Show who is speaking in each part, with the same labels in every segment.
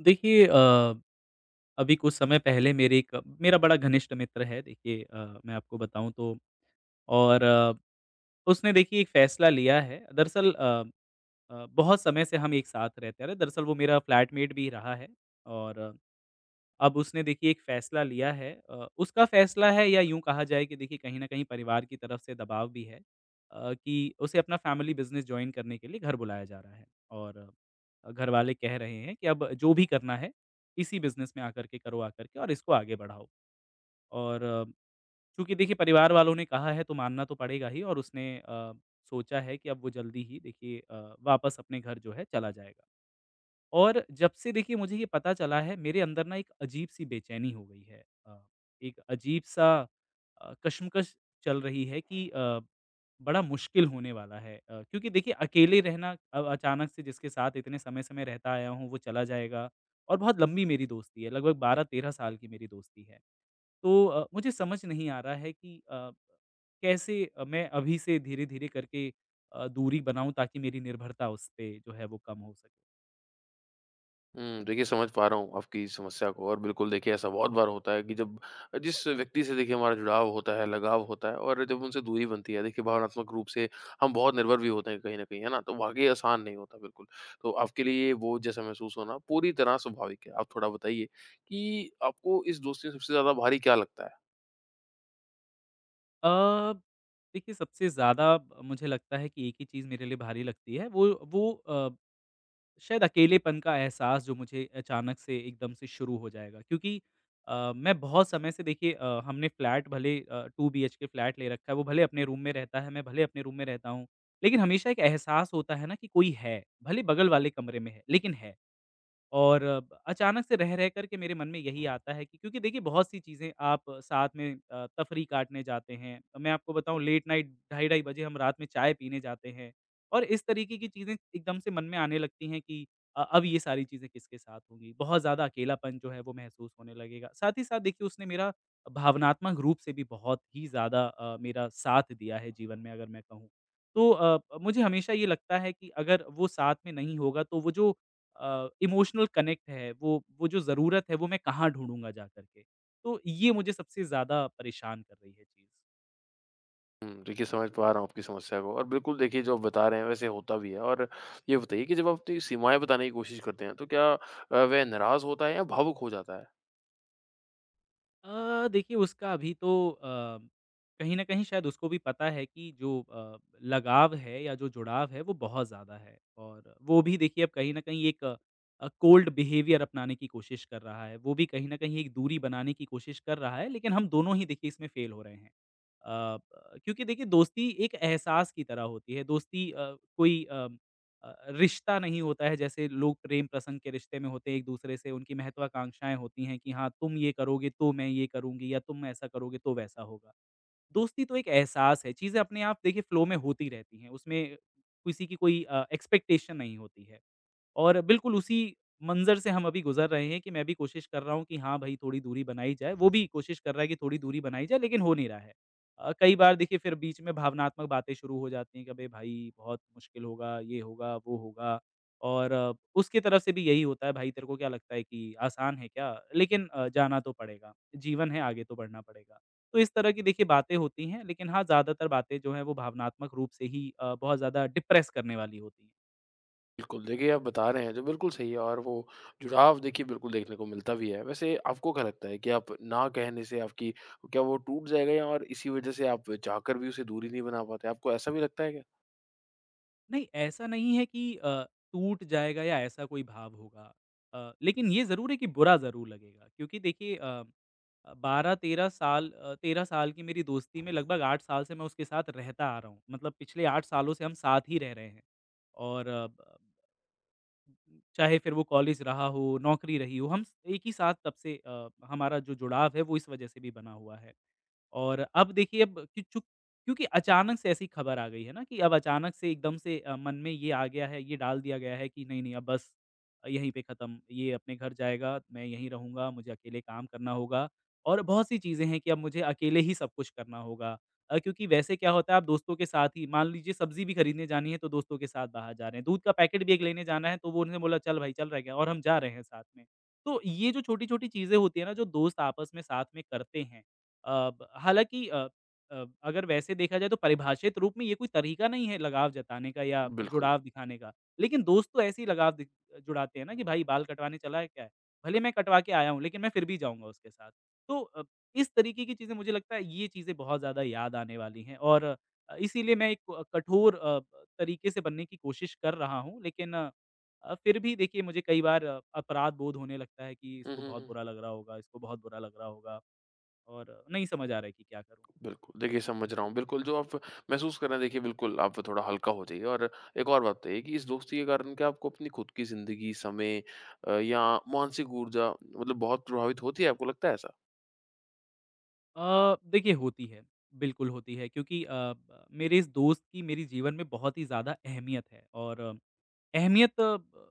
Speaker 1: देखिए अभी कुछ समय पहले मेरे एक मेरा बड़ा घनिष्ठ मित्र है। देखिए मैं आपको बताऊँ तो और अ, उसने देखिए एक फ़ैसला लिया है दरअसल। बहुत समय से हम एक साथ रहते आ रहे, दरअसल वो मेरा फ्लैटमेट भी रहा है। और अब उसने देखिए एक फ़ैसला लिया है। उसका फ़ैसला है, या यूँ कहा जाए कि देखिए कहीं न कहीं परिवार की तरफ से दबाव भी है कि उसे अपना फ़ैमिली बिज़नेस जॉइन करने के लिए घर बुलाया जा रहा है। और घरवाले कह रहे हैं कि अब जो भी करना है, इसी बिज़नेस में आकर के करो आकर के और इसको आगे बढ़ाओ। और चूँकि देखिए परिवार वालों ने कहा है तो मानना तो पड़ेगा ही। और उसने सोचा है कि अब वो जल्दी ही देखिए वापस अपने घर जो है चला जाएगा। और जब से देखिए मुझे ये पता चला है मेरे अंदर ना एक अजीब-सी बेचैनी हो गई है। एक अजीब-सा कशमकश चल रही है कि बड़ा मुश्किल होने वाला है। क्योंकि देखिए अकेले रहना, अचानक से जिसके साथ इतने समय से मैं रहता आया हूँ वो चला जाएगा। और बहुत लंबी मेरी दोस्ती है, लगभग 12-13 साल की मेरी दोस्ती है। तो मुझे समझ नहीं आ रहा है कि कैसे मैं अभी से धीरे-धीरे करके दूरी बनाऊँ ताकि मेरी निर्भरता उस पे जो है वो कम हो सके?
Speaker 2: हुँ, देखिए समझ पा रहा हूँ आपकी समस्या को। और बिल्कुल देखिए ऐसा बहुत बार होता है कि जब जिस व्यक्ति से देखिए हमारा जुड़ाव होता है, लगाव होता है और जब उनसे दूरी बनती है देखिए भावनात्मक रूप से हम बहुत निर्भर भी होते हैं कहीं न कहीं, है ना? तो वाक़ई आसान नहीं होता बिल्कुल। तो आपके लिए वो जैसा महसूस होना पूरी तरह स्वाभाविक है। आप थोड़ा बताइए कि आपको इस दोस्ती में सबसे ज़्यादा भारी क्या लगता है?
Speaker 1: अ, देखिए सबसे ज़्यादा ब मुझे लगता है कि एक ही चीज़ मेरे लिए भारी लगती है। वो अ, शायद अकेलेपन का एहसास जो मुझे अचानक से एकदम से शुरू हो जाएगा, क्योंकि मैं बहुत समय से देखिए हमने फ्लैट भले 2 बीएचके फ्लैट ले रखा है, वो भले अपने रूम में रहता है, मैं भले अपने रूम में रहता हूँ, लेकिन हमेशा एक एहसास होता है ना कि कोई है, भले बगल वाले कमरे में है, लेकिन है। और ब अचानक से रह-रह कर के मेरे मन में यही आता है कि क्योंकि देखिए बहुत-सी चीज़ें आप साथ में तफरी काटने जाते हैं। मैं आपको बताऊँ लेट नाइट 2:30-2:30 बजे हम रात में चाय पीने जाते हैं, और इस तरीके की चीज़ें एकदम से मन में आने लगती हैं कि अब ये सारी चीज़ें किसके साथ होंगी। बहुत ज़्यादा अकेलापन जो है वो महसूस होने लगेगा। साथ ही साथ देखिए उसने मेरा भावनात्मक रूप से भी बहुत ही ज़्यादा मेरा साथ दिया है जीवन में, अगर मैं कहूँ। तो मुझे हमेशा ये लगता है कि अगर वो साथ में नहीं होगा तो वो जो इमोशनल कनेक्ट है, वो जो ज़रूरत है वो मैं कहाँ ढूँढूँगा जा कर के? तो ये मुझे सबसे ज़्यादा परेशान कर रही है चीज़।
Speaker 2: हुँ, देखिए समझ पा रहा हूँ आपकी समस्या को। और बिल्कुल देखिए जो आप बता रहे हैं वैसे होता भी है। और ये बताइए कि जब आप अपनी सीमाएँ बताने की कोशिश करते हैं तो क्या वह नाराज़ होता है या भावुक हो जाता है?
Speaker 1: देखिए उसका अभी तो कहीं न कहीं शायद उसको भी पता है कि जो लगाव है या जो जुड़ाव है वो बहुत ज़्यादा है, और वो भी देखिए अब कहीं न कहीं एक कोल्ड बिहेवियर अपनाने की कोशिश कर रहा है। वो भी कहीं न कहीं एक दूरी बनाने की कोशिश कर रहा है, लेकिन हम दोनों ही देखिए इसमें फ़ेल हो रहे हैं। अ, ब क्योंकि देखिए दोस्ती एक एहसास की तरह होती है। दोस्ती रिश्ता नहीं होता है जैसे लोग प्रेम प्रसंग के रिश्ते में होते हैं। एक दूसरे से उनकी महत्वाकांक्षाएँ होती हैं कि हाँ तुम ये करोगे तो मैं ये करूँगी, या तुम ऐसा करोगे तो वैसा होगा। दोस्ती तो एक एहसास है, चीज़ें अपने आप देखिए फ़्लो में होती रहती हैं, उसमें किसी की कोई एक्सपेक्टेशन नहीं होती है। और बिल्कुल उसी मंज़र से हम अभी गुज़र रहे हैं कि मैं भी कोशिश कर रहा हूँ कि हाँ भाई, थोड़ी दूरी बनाई जाए, वो भी कोशिश कर रहा है कि थोड़ी दूरी बनाई जाए, लेकिन हो नहीं रहा है। कई बार देखिए फिर बीच में भावनात्मक बातें शुरू हो जाती हैं कि अबे भाई, बहुत मुश्किल होगा, ये होगा, वो होगा। और अ, उसकी तरफ से भी यही होता है, भाई तेरे को क्या लगता है कि आसान है क्या? लेकिन जाना तो पड़ेगा, जीवन है आगे तो बढ़ना पड़ेगा। तो इस तरह की देखिए बातें होती हैं, लेकिन हाँ, ज़्यादातर बातें जो हैं वो भावनात्मक रूप से ही बहुत ज़्यादा डिप्रेस करने वाली होती हैं।
Speaker 2: बिल्कुल, देखिए आप बता रहे हैं जो बिल्कुल सही है। और वो जुड़ाव देखिए बिल्कुल देखने को मिलता भी है। वैसे आपको क्या लगता है कि आप ना कहने से आपकी क्या वो टूट जाएगा, या और इसी वज़ह से आप चाहकर भी उसे दूरी नहीं बना पाते? आपको ऐसा भी लगता है क्या?
Speaker 1: नहीं, ऐसा नहीं है कि टूट जाएगा या ऐसा कोई भाव होगा। लेकिन ये ज़रूर है कि बुरा ज़रूर लगेगा, क्योंकि देखिए 13 साल की मेरी दोस्ती में लगभग 8 साल से मैं उसके साथ रहता आ रहा हूँ। मतलब पिछले 8 सालों से हम साथ ही रह रहे हैं। और अ, ब चाहे फिर वो कॉलेज रहा हो, नौकरी रही हो, हम स एक ही साथ तब से, हमारा जो जुड़ाव है वो इस वजह से भी बना हुआ है। और अब देखिए अब कि चूक क्योंकि अचानक से ऐसी खबर आ गई है ना कि अब अचानक से एकदम से मन में ये आ गया है, ये डाल दिया गया है कि नहीं, नहीं अब बस यहीं पे खत्म, ये अपने घर जाएगा, मैं यहीं रहूँगा, मुझे अकेले काम करना होगा, और बहुत सी चीज़ें हैं कि अब मुझे अकेले ही सब कुछ करना होगा। क्योंकि वैसे क्या होता है आप दोस्तों के साथ ही मान लीजिए सब्ज़ी भी खरीदने जानी है तो दोस्तों के साथ बाहर जा रहे हैं, दूध का पैकेट भी एक लेने जाना है तो वो उन्होंने बोला चल भाई चल रह गया और हम जा रहे हैं साथ में। तो ये जो छोटी-छोटी चीज़ें होती है ना जो दोस्त आपस में साथ में करते हैं। अ, ब हालाँकि अ अ, अगर वैसे देखा जाए तो परिभाषित रूप में ये कोई तरीका नहीं है लगाव जताने का या
Speaker 2: बिल्कुल।
Speaker 1: जुड़ाव दिखाने का। लेकिन दोस्त तो ऐसे ही लगाव दि जुड़ाते हैं ना कि भाई बाल कटवाने चला है क्या है? भले मैं कटवा के आया हूँ लेकिन मैं फिर भी जाऊँगा उसके साथ। तो इस तरीके की चीज़ें मुझे लगता है ये चीज़ें बहुत ज़्यादा याद आने वाली हैं। और इसीलिए मैं एक क कठोर अ, ब तरीके से बनने की कोशिश कर रहा हूँ। फिर भी देखिए मुझे कई बार अपराध बोध होने लगता है कि
Speaker 2: हुँ,
Speaker 1: इसको
Speaker 2: हुँ,
Speaker 1: बहुत
Speaker 2: हुँ।
Speaker 1: बुरा लग रहा होगा, इसको बहुत बुरा लग रहा होगा। और नहीं समझ आ रहा है कि क्या करूँ?
Speaker 2: बिल्कुल, देखिए समझ रहा हूँ। बिल्कुल, जो आप महसूस कर रहे हैं देखिए बिल्कुल आप थोड़ा हल्का हो जाइए। और एक और बात बताइए कि इस दोस्ती के कारण क्या आपको अपनी खुद की ज़िंदगी, समय या मानसिक ऊर्जा मतलब बहुत प्रभावित होती है, आपको लगता है ऐसा?
Speaker 1: देखिए होती है, बिल्कुल होती है, क्योंकि अ, ब मेरे इस दोस्त की मेरे जीवन में बहुत ही ज़्यादा अहमियत है। और अहमियत अ, ब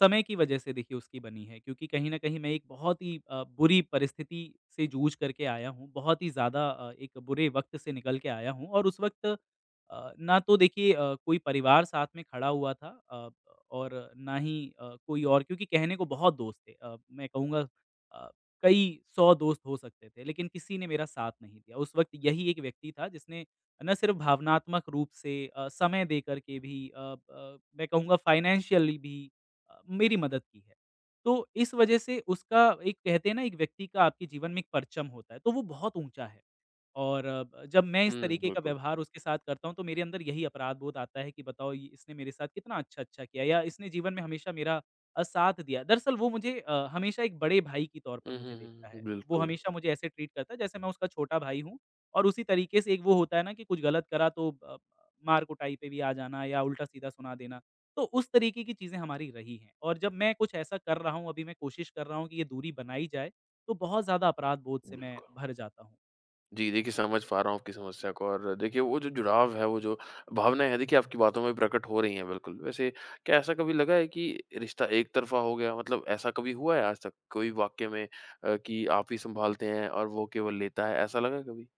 Speaker 1: समय की वजह से देखिए उसकी बनी है, क्योंकि कहीं न कहीं मैं एक बहुत ही बुरी परिस्थिति से जूझ करके आया हूँ, बहुत ही ज़्यादा एक बुरे वक़्त से निकल के आया हूँ। और उस वक़्त ना तो देखिए कोई परिवार साथ में खड़ा हुआ था, और ना ही कोई और, क्योंकि कहने को बहुत दोस्त थे। मैं कहूँगा अ कई 100 दोस्त हो सकते थे, लेकिन किसी ने मेरा साथ नहीं दिया। उस वक़्त यही एक व्यक्ति था जिसने ना सिर्फ़ भावनात्मक रूप से समय दे कर के भी, मैं कहूँगा फ़ाइनेंशियली भी मेरी मदद की है। तो इस वजह से उसका एक, कहते हैं ना एक व्यक्ति का आपके जीवन में एक परचम होता है, तो वो बहुत ऊँचा है। और जब मैं इस
Speaker 2: हुँ,
Speaker 1: तरीके का
Speaker 2: बिल्कुल।
Speaker 1: व्यवहार उसके साथ करता हूँ, तो मेरे अंदर यही अपराध बोध आता है कि बताओ ये इसने मेरे साथ कितना अच्छा-अच्छा किया, या इसने जीवन में हमेशा मेरा साथ दिया। दरअसल वो मुझे हमेशा एक बड़े भाई के तौर पर
Speaker 2: हुँ, हुँ,
Speaker 1: मुझे
Speaker 2: हुँ,
Speaker 1: देखता
Speaker 2: हुँ।
Speaker 1: है। वो
Speaker 2: बिल्कुल,
Speaker 1: हमेशा मुझे ऐसे ट्रीट करता है जैसे मैं उसका छोटा भाई हूँ, और उसी तरीके से एक वो होता है ना कि कुछ गलत करा तो मार-कुटाई पे भी आ जाना या उल्टा-सीधा सुना देना। तो उस तरीके की चीज़ें हमारी रही हैं, और जब मैं कुछ ऐसा कर रहा हूँ, अभी मैं कोशिश कर रहा हूँ कि ये दूरी बनाई जाए, तो बहुत ज़्यादा अपराध बोध से मैं
Speaker 2: बिल्कुल।
Speaker 1: भर जाता हूँ।
Speaker 2: जी, देखिए समझ पा रहा हूँ आपकी समस्या को। और देखिए वो जो जुड़ाव है, वो जो भावनाएँ हैं देखिए आपकी बातों में प्रकट हो रही हैं बिल्कुल। वैसे क्या ऐसा कभी लगा है कि रिश्ता एक तरफ़ा हो गया? मतलब ऐसा कभी हुआ है आज तक कोई वाक़ये में, कि आप ही सँभालते हैं और वो केवल लेता है, ऐसा लगा है कभी?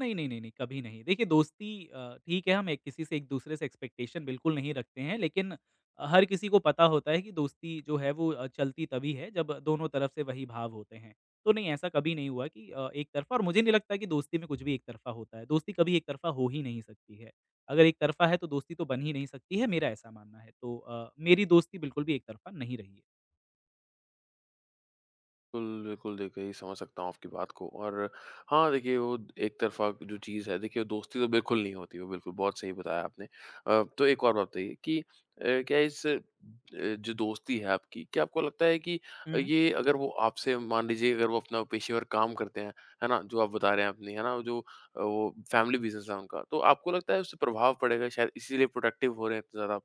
Speaker 1: नहीं, नहीं, नहीं, नहीं, कभी नहीं। देखिए दोस्ती, ठीक है हम एक किसी से एक-दूसरे से एक्सपेक्टेशन बिल्कुल नहीं रखते हैं, लेकिन हर किसी को पता होता है कि दोस्ती जो है वो चलती तभी है जब दोनों तरफ से वही भाव होते हैं। तो नहीं, ऐसा कभी नहीं हुआ कि एक तरफ़ा, और मुझे नहीं लगता कि दोस्ती में कुछ भी एक तरफ़ा होता है। दोस्ती कभी एक तरफ़ा हो ही नहीं सकती है। अगर एक तरफ़ा है तो दोस्ती तो बन ही नहीं सकती है, मेरा ऐसा मानना है। तो मेरी दोस्ती बिल्कुल भी एक तरफ़ा नहीं रही
Speaker 2: बिल्कुल, बिल्कुल देखिए ये समझ सकता हूँ आपकी बात को। और हाँ, देखिए वो एक तरफ़ा जो चीज़ है देखिए वो दोस्ती तो बिल्कुल नहीं होती, वो बिल्कुल बहुत सही बताया आपने। तो एक और बात बताइए कि क्या इस जो दोस्ती है आपकी, क्या आपको लगता है कि
Speaker 1: है।
Speaker 2: ये अगर वो आपसे, मान लीजिए अगर वो अपना पेशेवर काम करते हैं, है ना? जो आप बता रहे हैं अपनी, है ना? जो वो फैमिली बिज़नेस है उनका, तो आपको लगता है उससे प्रभाव पड़ेगा, शायद इसीलिए प्रोडक्टिव हो रहे हैं इतने ज़्यादा आप?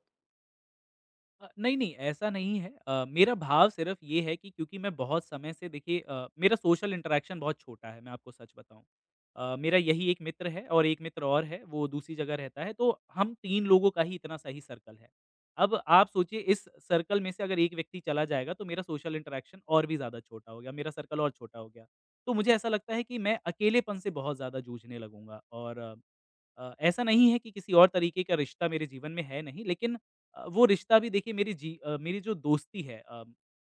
Speaker 1: नहीं, नहीं ऐसा नहीं है। मेरा भाव सिर्फ़ ये है कि क्योंकि मैं बहुत समय से देखिए मेरा सोशल इंटरैक्शन बहुत छोटा है, मैं आपको सच बताऊँ। मेरा यही एक मित्र है और एक मित्र और है, वो दूसरी जगह रहता है, तो हम 3 लोगों का ही इतना सही सर्कल है। अब आप सोचिए इस सर्कल में से अगर एक व्यक्ति चला जाएगा, तो मेरा सोशल इंटरैक्शन और भी ज़्यादा छोटा हो गया, मेरा सर्कल और छोटा हो गया। तो मुझे ऐसा लगता है कि मैं अकेलेपन से बहुत ज़्यादा जूझने लगूँगा। और ऐसा नहीं है कि किसी और तरीके का रिश्ता मेरे जीवन में है नहीं, लेकिन वो रिश्ता भी देखिए मेरी जो दोस्ती है,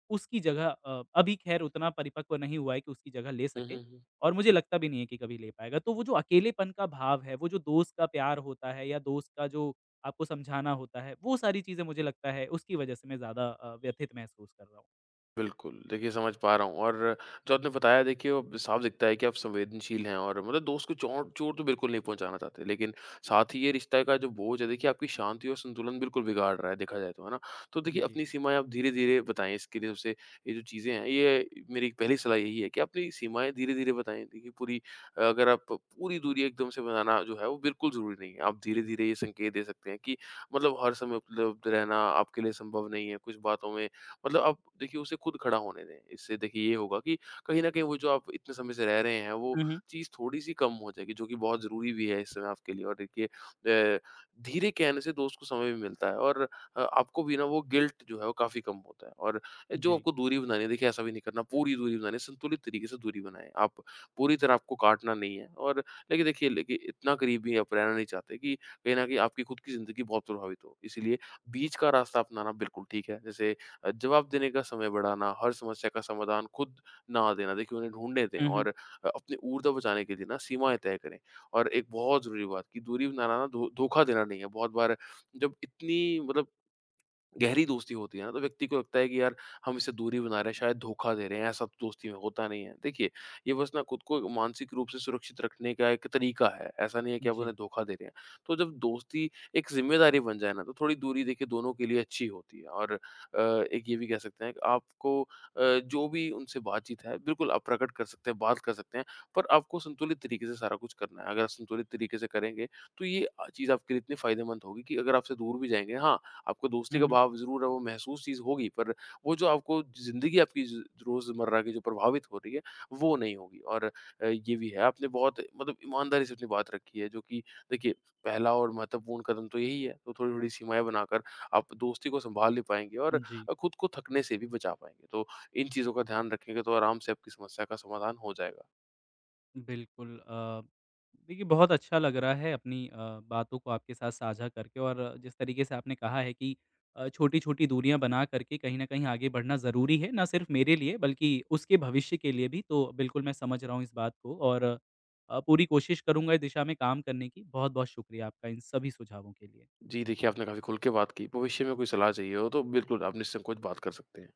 Speaker 1: उसकी जगह अभी ख़ैर उतना परिपक्व नहीं हुआ है कि उसकी जगह ले
Speaker 2: हुँ,
Speaker 1: सके,
Speaker 2: हुँ, हुँ।
Speaker 1: और मुझे लगता भी नहीं है कि कभी ले पाएगा। तो वो जो अकेलेपन का भाव है, वो जो दोस्त का प्यार होता है या दोस्त का जो आपको समझाना होता है, वो सारी चीज़ें मुझे लगता है उसकी वजह से मैं ज़्यादा व्यथित महसूस कर रहा हूँ।
Speaker 2: बिल्कुल, देखिए समझ पा रहा हूँ। और जो आपने बताया देखिए वो साफ दिखता है कि आप संवेदनशील हैं और मतलब दोस्त को चोट चोट तो बिल्कुल नहीं पहुँचाना चाहते। लेकिन साथ ही ये रिश्ते का जो बोझ है देखिए आपकी शांति और संतुलन बिल्कुल बिगाड़ रहा है देखा जाए तो, है ना? तो देखिए
Speaker 1: जी।
Speaker 2: अपनी सीमाएँ आप धीरे-धीरे बताएँ, इसके लिए सबसे ये जो चीज़ें हैं ये मेरी पहली सलाह यही है कि अपनी सीमाएँ धीरे-धीरे बताएँ। देखिए पूरी अगर आप पूरी दूरी एकदम से बनाना जो है वो बिल्कुल ज़रूरी नहीं है। आप धीरे-धीरे ये संकेत दे सकते हैं कि मतलब हर समय उपलब्ध रहना आपके लिए संभव नहीं है। कुछ बातों में मतलब आप देखिए उसे खुद खड़ा होने दें। इससे देखिए ये होगा कि कहीं न कहीं वो जो आप इतने समय से रह रहे हैं वो
Speaker 1: हुँ, हुँ।
Speaker 2: चीज़ थोड़ी-सी कम हो जाएगी, जो कि बहुत ज़रूरी भी है इस समय आपके लिए। और देखिए धीरे कहने से दोस्त को समय भी मिलता है और आपको भी ना वो गिल्ट जो है वो काफ़ी कम होता है। और जो
Speaker 1: जी।
Speaker 2: आपको दूरी बनानी है देखिए ऐसा भी नहीं करना पूरी दूरी बनानी है, संतुलित तरीके से दूरी बनाएँ। आप पूरी तरह आपको काटना नहीं है। और लेकिन देखिए लेकिन इतना करीब भी आप रहना नहीं चाहते कि कहीं न कहीं आपकी खुद की ज़िंदगी बहुत प्रभावित हो। इसीलिए बीच का रास्ता अपनाना बिल्कुल ठीक है। जैसे जवाब देने का समय बढ़ाना, हर समस्या का समाधान खुद ना देना, देखिए उन्हें ढूँढने दें।
Speaker 1: हुँ,
Speaker 2: और
Speaker 1: हुँ।
Speaker 2: अपनी ऊर्जा बचाने के लिए ना सीमाएँ तय करें। और एक बहुत ज़रूरी बात कि दूरी बनाना ना धो धोखा देना नहीं है। बहुत बार जब इतनी मतलब गहरी दोस्ती होती है ना तो व्यक्ति को लगता है कि यार हम इससे दूरी बना रहे हैं, शायद धोखा दे रहे हैं। ऐसा तो दोस्ती में होता नहीं है देखिए, ये बस ना खुद को मानसिक रूप से सुरक्षित रखने का एक तरीका है। ऐसा नहीं है कि आप
Speaker 1: जी।
Speaker 2: उन्हें धोखा दे रहे हैं। तो जब दोस्ती एक जिम्मेदारी बन जाए ना तो थोड़ी दूरी देखिए दोनों के लिए अच्छी होती है। और एक ये भी कह सकते हैं कि आपको जो भी उनसे बातचीत है बिल्कुल आप प्रकट कर सकते हैं, बात कर सकते हैं, पर आपको संतुलित तरीके से सारा कुछ करना है। अगर आप संतुलित तरीके से करेंगे तो ये चीज़ आपके लिए इतनी फायदेमंद होगी कि अगर आपसे दूर भी जाएंगे, हाँ आपको दोस्ती
Speaker 1: हुँ,
Speaker 2: का
Speaker 1: हुँ।
Speaker 2: भाव ज़रूर है वो महसूस चीज़ होगी, पर वो जो आपको ज़िंदगी आपकी ज रोज़मर्रा की जो प्रभावित हो रही है, वो नहीं होगी। और ये भी है आपने बहुत मतलब ईमानदारी से अपनी बात रखी है, जो कि देखिए पहला और महत्वपूर्ण कदम तो यही है। तो थोड़ी-थोड़ी सीमाएँ बनाकर आप दोस्ती को सँभाल भी पाएँगे और
Speaker 1: जी।
Speaker 2: खुद को थकने से भी बचा पाएँगे। तो इन चीज़ों का ध्यान रखेंगे तो आराम से आपकी समस्या का समाधान हो जाएगा।
Speaker 1: बिल्कुल। देखिए बहुत अच्छा लग रहा है अपनी बातों को आपके साथ साझा करके, और जिस तरीके से आपने कहा है कि छोटी-छोटी दूरियां बना करके कहीं न कहीं आगे बढ़ना ज़रूरी है, ना सिर्फ मेरे लिए बल्कि उसके भविष्य के लिए भी। तो बिल्कुल मैं समझ रहा हूँ इस बात को, और पूरी कोशिश करूँगा इस दिशा में काम करने की। बहुत-बहुत शुक्रिया आपका इन सभी सुझावों के लिए।
Speaker 2: जी, देखिए आपने काफ़ी खुल के बात की। भविष्य में कोई सलाह चाहिए हो तो बिल्कुल आप निसंकोच बात कर सकते हैं।